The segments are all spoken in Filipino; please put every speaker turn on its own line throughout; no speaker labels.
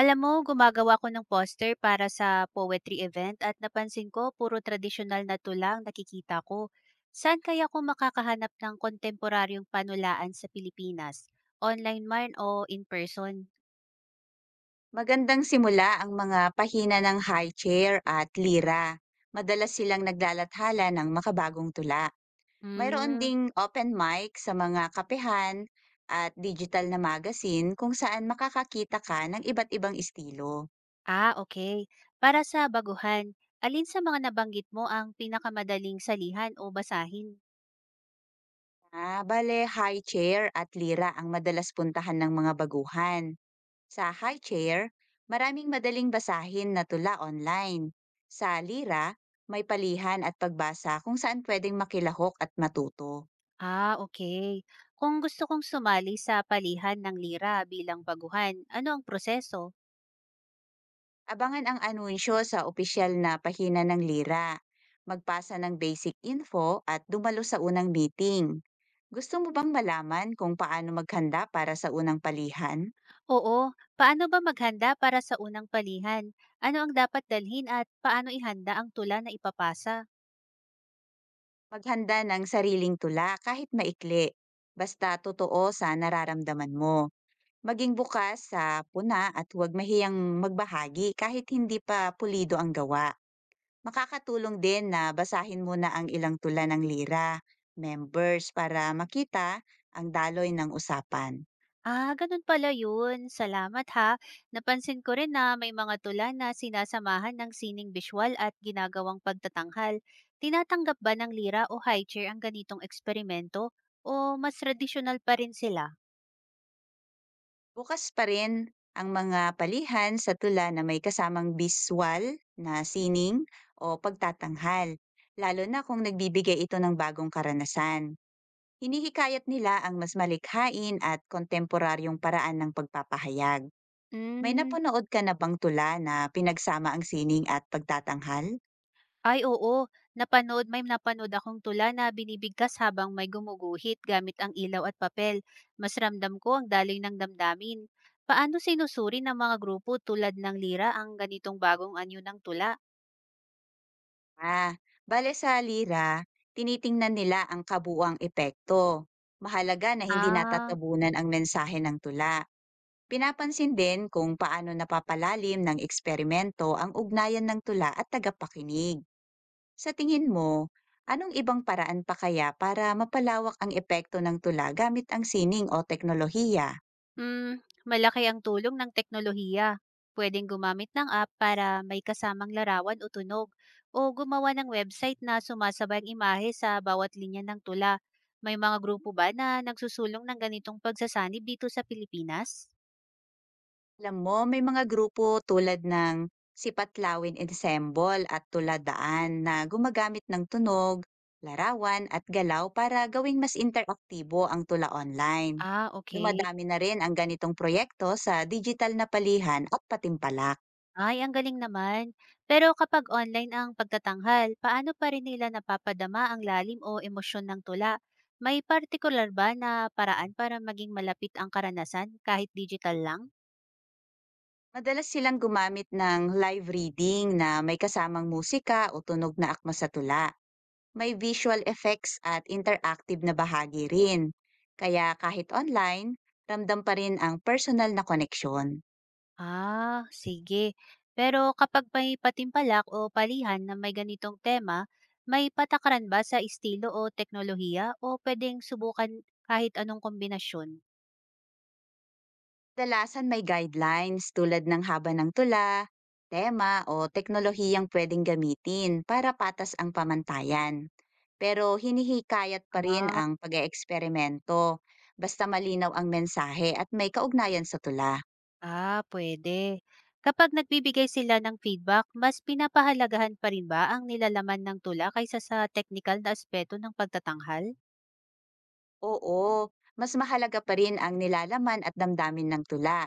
Alam mo, gumagawa ko ng poster para sa poetry event at napansin ko puro tradisyonal na tulang nakikita ko. Saan kaya ko makakahanap ng kontemporaryong panulaan sa Pilipinas? Online man o in person?
Magandang simula ang mga pahina ng high chair at lira. Madalas silang naglalathala ng makabagong tula. Mayroon
Mm.
ding open mic sa mga kapehan at digital na magazine kung saan makakakita ka ng iba't ibang estilo.
Ah, okay. Para sa baguhan, alin sa mga nabanggit mo ang pinakamadaling salihan o basahin?
High chair at lira ang madalas puntahan ng mga baguhan. Sa high chair, maraming madaling basahin na tula online. Sa lira, may palihan at pagbasa kung saan pwedeng makilahok at matuto.
Ah, okay. Kung gusto kong sumali sa palihan ng lira bilang baguhan, ano ang proseso?
Abangan ang anunsyo sa opisyal na pahina ng Lira. Magpasa ng basic info at dumalo sa unang meeting. Gusto mo bang malaman kung paano maghanda para sa unang palihan?
Oo. Paano ba maghanda para sa unang palihan? Ano ang dapat dalhin at paano ihanda ang tula na ipapasa?
Maghanda ng sariling tula kahit maikli. Basta totoo sa nararamdaman mo. Maging bukas sa puna at huwag mahiyang magbahagi kahit hindi pa pulido ang gawa. Makakatulong din na basahin muna ang ilang tula ng lira, members para makita ang daloy ng usapan.
Ah, ganun pala yun. Salamat ha. Napansin ko rin na may mga tula na sinasamahan ng sining visual at ginagawang pagtatanghal. Tinatanggap ba ng lira o high chair ang ganitong eksperimento? O mas traditional pa rin sila?
Bukas pa rin ang mga palihan sa tula na may kasamang biswal na sining o pagtatanghal, lalo na kung nagbibigay ito ng bagong karanasan. Hinihikayat nila ang mas malikhain at kontemporaryong paraan ng pagpapahayag. May
Mm.
napanood ka na bang tula na pinagsama ang sining at pagtatanghal?
Ay oo, may napanood akong tula na binibigkas habang may gumuguhit gamit ang ilaw at papel. Mas ramdam ko ang daloy ng damdamin. Paano sinusuri ng mga grupo tulad ng lira ang ganitong bagong anyo ng tula?
Ah, bale Sa lira, tinitingnan nila ang kabuuang epekto. Mahalaga na hindi
Ah.
natatabunan ang mensahe ng tula. Pinapansin din kung paano napapalalim ng eksperimento ang ugnayan ng tula at tagapakinig. Sa tingin mo, anong ibang paraan pa kaya para mapalawak ang epekto ng tula gamit ang sining o teknolohiya?
Hmm, malaki ang tulong ng teknolohiya. Pwedeng gumamit ng app para may kasamang larawan o tunog o gumawa ng website na sumasabay ang imahe sa bawat linya ng tula. May mga grupo ba na nagsusulong ng ganitong pagsasanib dito sa Pilipinas?
Alam mo, may mga grupo tulad ng Sipatlawin Ensemble at Tuladaan na gumagamit ng tunog, larawan at galaw para gawing mas interaktibo ang tula online.
Ah, okay.
Dumadami na rin ang ganitong proyekto sa digital na palihan at patimpalak.
Ay, ang galing naman. Pero kapag online ang pagtatanghal, paano pa rin nila napapadama ang lalim o emosyon ng tula? May particular ba na paraan para maging malapit ang karanasan kahit digital lang?
Madalas silang gumamit ng live reading na may kasamang musika o tunog na akma sa tula. May visual effects at interactive na bahagi rin. Kaya kahit online, ramdam pa rin ang personal na koneksyon.
Ah, sige. Pero kapag may patimpalak o palihan na may ganitong tema, may patakaran ba sa estilo o teknolohiya o pwedeng subukan kahit anong kombinasyon?
Dalasan may guidelines tulad ng haba ng tula, tema o teknolohiyang pwedeng gamitin para patas ang pamantayan. Pero hinihikayat pa rin
Ah,
ang pag-eeksperimento basta malinaw ang mensahe at may kaugnayan sa tula.
ah, pwede. Kapag nagbibigay sila ng feedback, mas pinapahalagahan pa rin ba ang nilalaman ng tula kaysa sa technical na aspeto ng pagtatanghal?
Oo, mas mahalaga pa rin ang nilalaman at damdamin ng tula,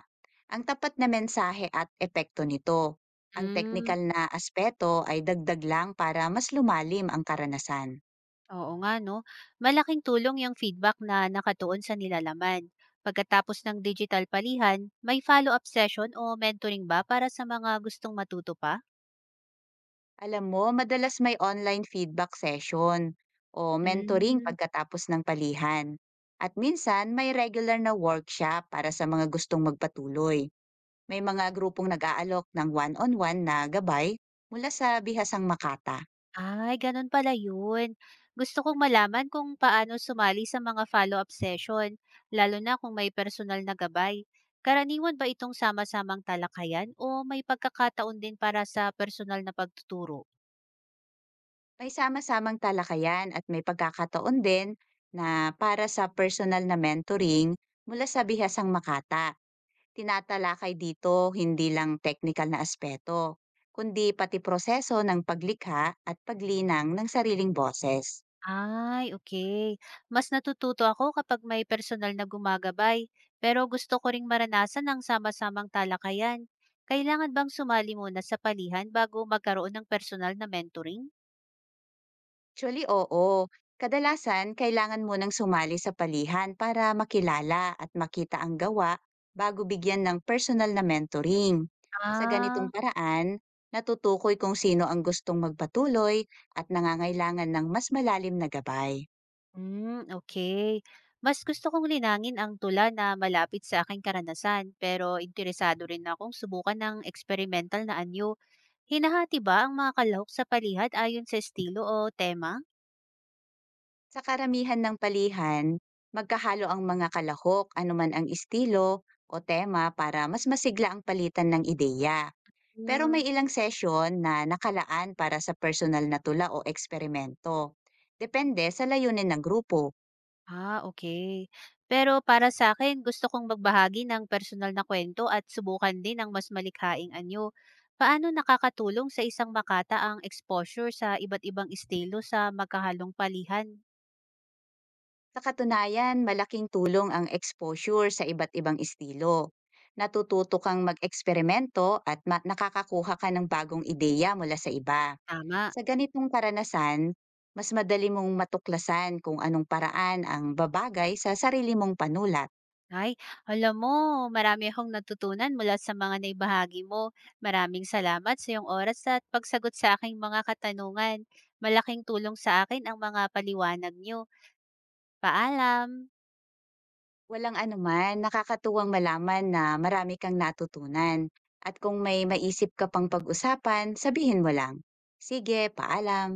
ang tapat na mensahe at epekto nito. Ang
Mm.
teknikal na aspeto ay dagdag lang para mas lumalim ang karanasan.
Oo nga, no? Malaking tulong yung feedback na nakatuon sa nilalaman. Pagkatapos ng digital palihan, may follow-up session o mentoring ba para sa mga gustong matuto pa?
Alam mo, madalas may online feedback session o mentoring
Mm.
pagkatapos ng palihan. At minsan, may regular na workshop para sa mga gustong magpatuloy. May mga grupong nag-aalok ng one-on-one na gabay mula sa Bihasang Makata.
Ay, ganun pala yun. Gusto kong malaman kung paano sumali sa mga follow-up session, lalo na kung may personal na gabay. Karaniwan ba itong sama-samang talakayan o may pagkakataon din para sa personal na pagtuturo?
May sama-samang talakayan at may pagkakataon din na para sa personal na mentoring mula sa bihasang makata. Tinatalakay dito hindi lang technical na aspeto, kundi pati proseso ng paglikha at paglinang ng sariling boses.
Ay, okay. Mas natututo ako kapag may personal na gumagabay, pero gusto ko ring maranasan ang sama-samang talakayan. Kailangan bang sumali muna sa palihan bago magkaroon ng personal na mentoring?
Actually, oo. Kadalasan, kailangan mo munang sumali sa palihan para makilala at makita ang gawa bago bigyan ng personal na mentoring. Sa ganitong
Ah,
paraan, natutukoy kung sino ang gustong magpatuloy at nangangailangan ng mas malalim na gabay.
hmm, okay. Mas gusto kong linangin ang tula na malapit sa aking karanasan, pero interesado rin akong subukan ng experimental na anyo. Hinahati ba ang mga kalahok sa palihan ayon sa estilo o tema?
Sa karamihan ng palihan, magkahalo ang mga kalahok anuman ang estilo o tema para mas masigla ang palitan ng ideya. Pero may
Hmm.
ilang session na nakalaan para sa personal na tula o eksperimento. Depende sa layunin ng grupo.
Ah, okay. Pero para sa akin gusto kong magbahagi ng personal na kwento at subukan din ang mas malikhaing anyo. Paano nakakatulong sa isang makata ang exposure sa iba't ibang estilo sa magkahalong palihan?
Sa katunayan, malaking tulong ang exposure sa iba't ibang estilo. Natututo kang mag-eksperimento at nakakakuha ka ng bagong ideya mula sa iba.
Tama.
Sa ganitong karanasan, mas madali mong matuklasan kung anong paraan ang babagay sa sarili mong panulat.
Ay, alam mo, marami akong natutunan mula sa mga naibahagi mo. Maraming salamat sa iyong oras at pagsagot sa aking mga katanungan. Malaking tulong sa akin ang mga paliwanag niyo. Paalam.
Walang anuman, nakakatuwang malaman na marami kang natutunan. At kung may maisip ka pang pag-usapan, sabihin mo lang. Sige, paalam.